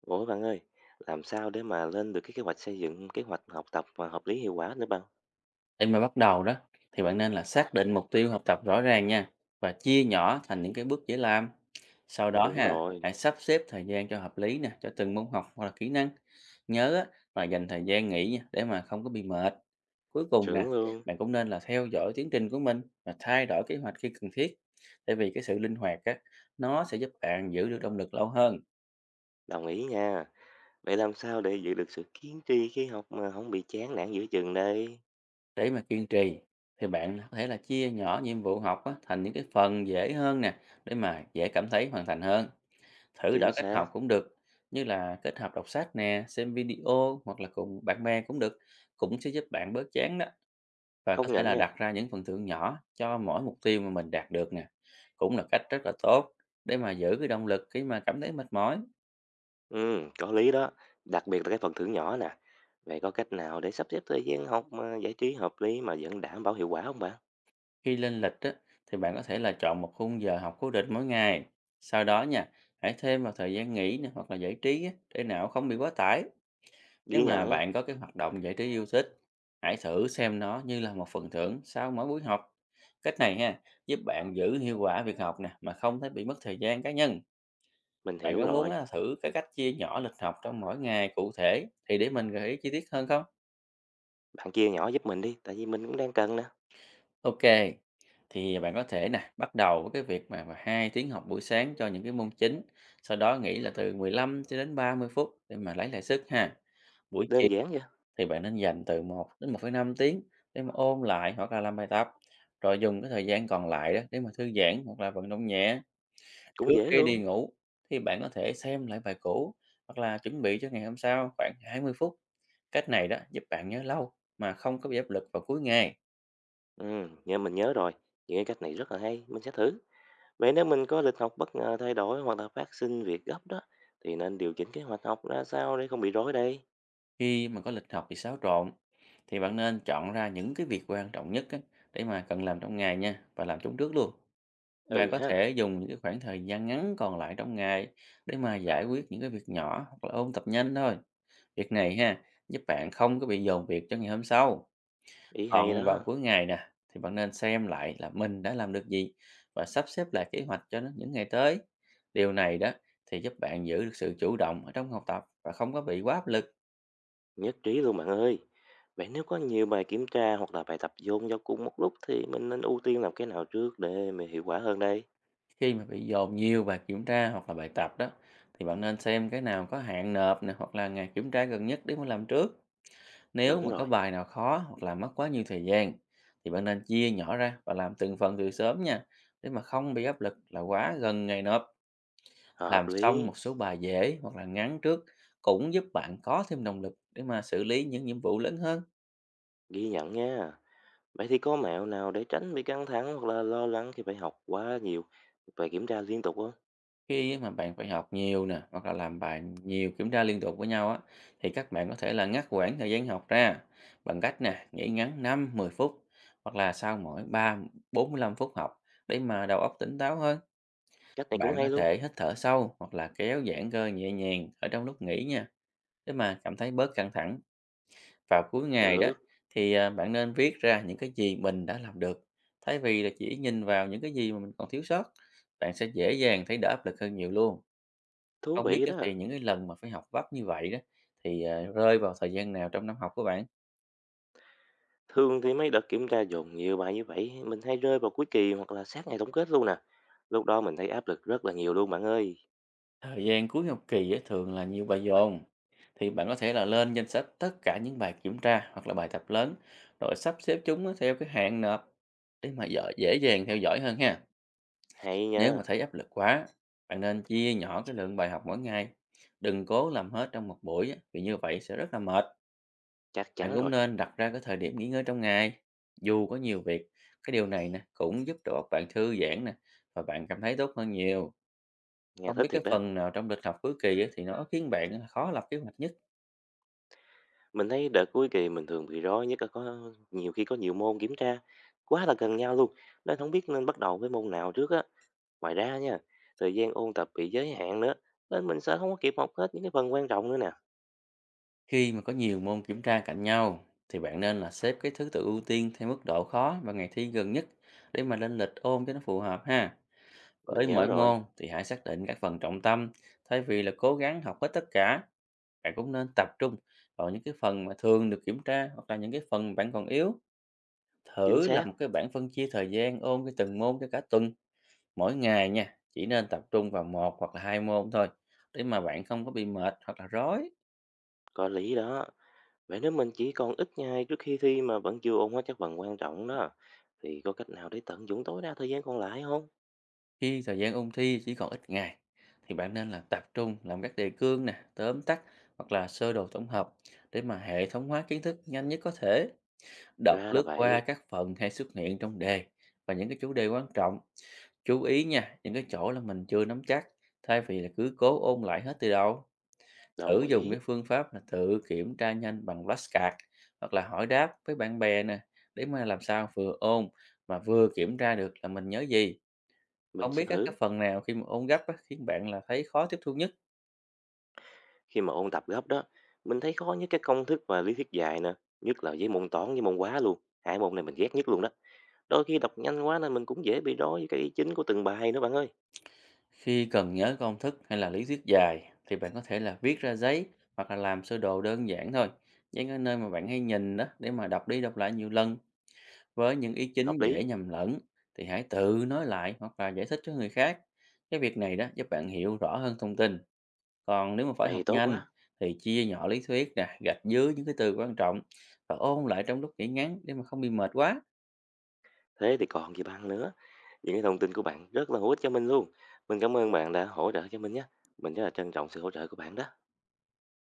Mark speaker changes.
Speaker 1: Ủa bạn ơi, làm sao để mà lên được cái kế hoạch xây dựng, kế hoạch học tập mà hợp lý hiệu quả nữa bạn?
Speaker 2: Để mà bắt đầu đó thì bạn nên là xác định mục tiêu học tập rõ ràng nha và chia nhỏ thành những cái bước dễ làm. Sau đó
Speaker 1: Đúng
Speaker 2: ha,
Speaker 1: rồi,
Speaker 2: hãy sắp xếp thời gian cho hợp lý nè, cho từng môn học hoặc là kỹ năng. Nhớ á, là dành thời gian nghỉ nha để mà không có bị mệt. Cuối cùng nè,
Speaker 1: chuẩn luôn,
Speaker 2: bạn cũng nên là theo dõi tiến trình của mình và thay đổi kế hoạch khi cần thiết. Tại vì cái sự linh hoạt á, nó sẽ giúp bạn giữ được động lực lâu hơn.
Speaker 1: đồng ý nha. Vậy làm sao để giữ được sự kiên trì khi học mà không bị chán nản giữa chừng đây?
Speaker 2: Để mà kiên trì thì bạn có thể là chia nhỏ nhiệm vụ học á, thành những cái phần dễ hơn nè để mà dễ cảm thấy hoàn thành hơn. Thử đổi
Speaker 1: Chính
Speaker 2: cách
Speaker 1: xác,
Speaker 2: học cũng được, như là kết hợp đọc sách nè, xem video hoặc là cùng bạn bè cũng được, cũng sẽ giúp bạn bớt chán đó. Và có
Speaker 1: công
Speaker 2: thể
Speaker 1: nhận
Speaker 2: là
Speaker 1: nha.
Speaker 2: đặt ra những phần thưởng nhỏ cho mỗi mục tiêu mà mình đạt được nè. Cũng là cách rất là tốt để mà giữ cái động lực khi mà cảm thấy mệt mỏi.
Speaker 1: Ừ, có lý đó, đặc biệt là cái phần thưởng nhỏ nè. Vậy có cách nào để sắp xếp thời gian học mà giải trí hợp lý mà vẫn đảm bảo hiệu quả không bạn?
Speaker 2: Khi lên lịch á, thì bạn có thể là chọn một khung giờ học cố định mỗi ngày. Sau đó nha, hãy thêm vào thời gian nghỉ nè, hoặc là giải trí á, để não không bị quá tải. Nếu
Speaker 1: Ghi
Speaker 2: mà
Speaker 1: nhận,
Speaker 2: bạn có cái hoạt động giải trí yêu thích, hãy thử xem nó như là một phần thưởng sau mỗi buổi học. Cách này ha, giúp bạn giữ hiệu quả việc học nè mà không thấy bị mất thời gian cá nhân.
Speaker 1: mình
Speaker 2: Bạn
Speaker 1: hiểu
Speaker 2: có muốn
Speaker 1: rồi.
Speaker 2: á, thử cái cách chia nhỏ lịch học trong mỗi ngày cụ thể thì để mình gợi ý chi tiết hơn không?
Speaker 1: Bạn chia nhỏ giúp mình đi, tại vì mình cũng đang cần nè.
Speaker 2: Ok, thì bạn có thể nè bắt đầu với cái việc mà hai tiếng học buổi sáng cho những cái môn chính, sau đó nghỉ là từ 15 cho đến 30 phút để mà lấy lại sức ha. Buổi chiều
Speaker 1: Đơn giản vậy,
Speaker 2: thì bạn nên dành từ 1 đến 1,5 tiếng để mà ôn lại hoặc là làm bài tập, rồi dùng cái thời gian còn lại đó để mà thư giãn hoặc là vận động nhẹ.
Speaker 1: cũng
Speaker 2: Trước
Speaker 1: dễ
Speaker 2: khi đi
Speaker 1: luôn.
Speaker 2: ngủ thì bạn có thể xem lại bài cũ hoặc là chuẩn bị cho ngày hôm sau khoảng 20 phút. Cách này đó giúp bạn nhớ lâu mà không có bị áp lực vào cuối ngày.
Speaker 1: Ừ, nghe mình nhớ rồi. Những cái cách này rất là hay, mình sẽ thử. Vậy nếu mình có lịch học bất ngờ thay đổi hoặc là phát sinh việc gấp đó, thì nên điều chỉnh kế hoạch học ra sao để không bị rối đây?
Speaker 2: Khi mà có lịch học bị xáo trộn thì bạn nên chọn ra những cái việc quan trọng nhất á, để mà cần làm trong ngày nha và làm chúng trước luôn. Bạn
Speaker 1: Ừ
Speaker 2: có
Speaker 1: ha,
Speaker 2: thể dùng những cái khoảng thời gian ngắn còn lại trong ngày để mà giải quyết những cái việc nhỏ hoặc là ôn tập nhanh thôi. Việc này ha, giúp bạn không có bị dồn việc cho ngày hôm sau.
Speaker 1: ý hay
Speaker 2: Còn vào
Speaker 1: đó,
Speaker 2: cuối ngày nè, thì bạn nên xem lại là mình đã làm được gì và sắp xếp lại kế hoạch cho nó những ngày tới. Điều này đó thì giúp bạn giữ được sự chủ động ở trong học tập và không có bị quá áp lực.
Speaker 1: nhất trí luôn bạn ơi. Vậy nếu có nhiều bài kiểm tra hoặc là bài tập dồn vào cùng một lúc thì mình nên ưu tiên làm cái nào trước để mà hiệu quả hơn đây?
Speaker 2: Khi mà bị dồn nhiều bài kiểm tra hoặc là bài tập đó, thì bạn nên xem cái nào có hạn nộp nè hoặc là ngày kiểm tra gần nhất để mà làm trước. Nếu
Speaker 1: Đúng
Speaker 2: mà có
Speaker 1: rồi,
Speaker 2: bài nào khó hoặc là mất quá nhiều thời gian thì bạn nên chia nhỏ ra và làm từng phần từ sớm nha để mà không bị áp lực là quá gần ngày nộp. Làm
Speaker 1: hợp
Speaker 2: xong
Speaker 1: lý,
Speaker 2: một số bài dễ hoặc là ngắn trước cũng giúp bạn có thêm động lực để mà xử lý những nhiệm vụ lớn hơn.
Speaker 1: ghi nhận nha. Vậy thì có mẹo nào để tránh bị căng thẳng hoặc là lo lắng khi phải học quá nhiều bài kiểm tra liên tục không?
Speaker 2: Khi mà bạn phải học nhiều nè hoặc là làm bài nhiều kiểm tra liên tục với nhau á thì các bạn có thể là ngắt quãng thời gian học ra bằng cách nè nghỉ ngắn 5 mười phút hoặc là sau mỗi ba 45 phút học để mà đầu óc tỉnh táo hơn.
Speaker 1: Cách này
Speaker 2: Bạn
Speaker 1: cũng
Speaker 2: có
Speaker 1: hay luôn.
Speaker 2: thể hít thở sâu hoặc là kéo giãn cơ nhẹ nhàng ở trong lúc nghỉ nha, để mà cảm thấy bớt căng thẳng. Vào cuối ngày đó
Speaker 1: Được.
Speaker 2: thì bạn nên viết ra những cái gì mình đã làm được, thay vì là chỉ nhìn vào những cái gì mà mình còn thiếu sót. Bạn sẽ dễ dàng thấy đỡ áp lực hơn nhiều luôn.
Speaker 1: Thú
Speaker 2: Không biết
Speaker 1: vị
Speaker 2: á,
Speaker 1: đó.
Speaker 2: thì những cái lần mà phải học vấp như vậy đó thì rơi vào thời gian nào trong năm học của bạn?
Speaker 1: Thường thì mấy đợt kiểm tra dồn nhiều bài như vậy, mình hay rơi vào cuối kỳ hoặc là sát ngày tổng kết luôn nè. Lúc đó mình thấy áp lực rất là nhiều luôn bạn ơi.
Speaker 2: Thời gian cuối học kỳ á, thường là nhiều bài dồn. Thì bạn có thể là lên danh sách tất cả những bài kiểm tra hoặc là bài tập lớn rồi sắp xếp chúng á theo cái hạn nộp để mà dễ dàng theo dõi hơn ha.
Speaker 1: Hay nha,
Speaker 2: Nếu mà thấy áp lực quá, bạn nên chia nhỏ cái lượng bài học mỗi ngày. Đừng cố làm hết trong một buổi á, vì như vậy sẽ rất là mệt.
Speaker 1: chắc
Speaker 2: Bạn
Speaker 1: chắn
Speaker 2: cũng
Speaker 1: rồi,
Speaker 2: nên đặt ra cái thời điểm nghỉ ngơi trong ngày. Dù có nhiều việc, cái điều này nè cũng giúp cho bạn thư giãn nè và bạn cảm thấy tốt hơn nhiều.
Speaker 1: nghe
Speaker 2: Không
Speaker 1: thích
Speaker 2: biết cái
Speaker 1: thiệt đó.
Speaker 2: phần nào trong lịch học cuối kỳ á, thì nó khiến bạn khó lập kế hoạch nhất?
Speaker 1: Mình thấy đợt cuối kỳ mình thường bị rối nhất là có nhiều khi có nhiều môn kiểm tra quá là gần nhau luôn, nên không biết nên bắt đầu với môn nào trước á. Ngoài ra nha, thời gian ôn tập bị giới hạn nữa, nên mình sẽ không có kịp học hết những cái phần quan trọng nữa nè.
Speaker 2: Khi mà có nhiều môn kiểm tra cạnh nhau thì bạn nên là xếp cái thứ tự ưu tiên theo mức độ khó và ngày thi gần nhất để mà lên lịch ôn cho nó phù hợp ha.
Speaker 1: Mình
Speaker 2: Với
Speaker 1: nhớ
Speaker 2: mỗi
Speaker 1: rồi,
Speaker 2: môn thì hãy xác định các phần trọng tâm thay vì là cố gắng học hết tất cả. Bạn cũng nên tập trung vào những cái phần mà thường được kiểm tra hoặc là những cái phần bạn còn yếu.
Speaker 1: chính
Speaker 2: Thử
Speaker 1: xác,
Speaker 2: làm một cái bảng phân chia thời gian ôn cái từng môn cho cả tuần. Mỗi ngày nha, chỉ nên tập trung vào một hoặc là hai môn thôi để mà bạn không có bị mệt hoặc là rối.
Speaker 1: có lý đó. Vậy nếu mình chỉ còn ít ngày trước khi thi mà vẫn chưa ôn hết các phần quan trọng đó, thì có cách nào để tận dụng tối đa thời gian còn lại không?
Speaker 2: Khi thời gian ôn thi chỉ còn ít ngày thì bạn nên là tập trung làm các đề cương nè, tóm tắt hoặc là sơ đồ tổng hợp để mà hệ thống hóa kiến thức nhanh nhất có thể. Đọc
Speaker 1: Ra là
Speaker 2: lướt qua
Speaker 1: vậy,
Speaker 2: các phần hay xuất hiện trong đề và những cái chủ đề quan trọng. Chú ý nha, những cái chỗ là mình chưa nắm chắc thay vì là cứ cố ôn lại hết từ đầu. Thử
Speaker 1: đồng
Speaker 2: dùng
Speaker 1: ý,
Speaker 2: cái phương pháp là tự kiểm tra nhanh bằng flashcard hoặc là hỏi đáp với bạn bè nè để mà làm sao vừa ôn mà vừa kiểm tra được là mình nhớ gì.
Speaker 1: mình
Speaker 2: Không
Speaker 1: sẽ
Speaker 2: biết á, cái
Speaker 1: thử.
Speaker 2: phần nào khi mà ôn gấp á, khiến bạn là thấy khó tiếp thu nhất?
Speaker 1: Khi mà ôn tập gấp đó, mình thấy khó nhất cái công thức và lý thuyết dài nè, nhất là với môn toán với môn hóa luôn. Hai môn này mình ghét nhất luôn đó. Đôi khi đọc nhanh quá nên mình cũng dễ bị rối với cái ý chính của từng bài nữa bạn ơi.
Speaker 2: Khi cần nhớ công thức hay là lý thuyết dài thì bạn có thể là viết ra giấy hoặc là làm sơ đồ đơn giản thôi, những cái nơi mà bạn hay nhìn đó để mà đọc đi đọc lại nhiều lần. Với những ý chính
Speaker 1: Hợp lý,
Speaker 2: dễ nhầm lẫn thì hãy tự nói lại hoặc là giải thích cho người khác. Cái việc này đó giúp bạn hiểu rõ hơn thông tin. Còn nếu mà phải
Speaker 1: vậy
Speaker 2: học
Speaker 1: thì tốt
Speaker 2: nhanh
Speaker 1: quá.
Speaker 2: thì chia nhỏ lý thuyết nè, gạch dưới những cái từ quan trọng và ôn lại trong lúc nghỉ ngắn để mà không bị mệt quá.
Speaker 1: Thế thì còn gì bằng nữa. Những cái thông tin của bạn rất là hữu ích cho mình luôn. Mình cảm ơn bạn đã hỗ trợ cho mình nhé. Mình rất là trân trọng sự hỗ trợ của bạn đó.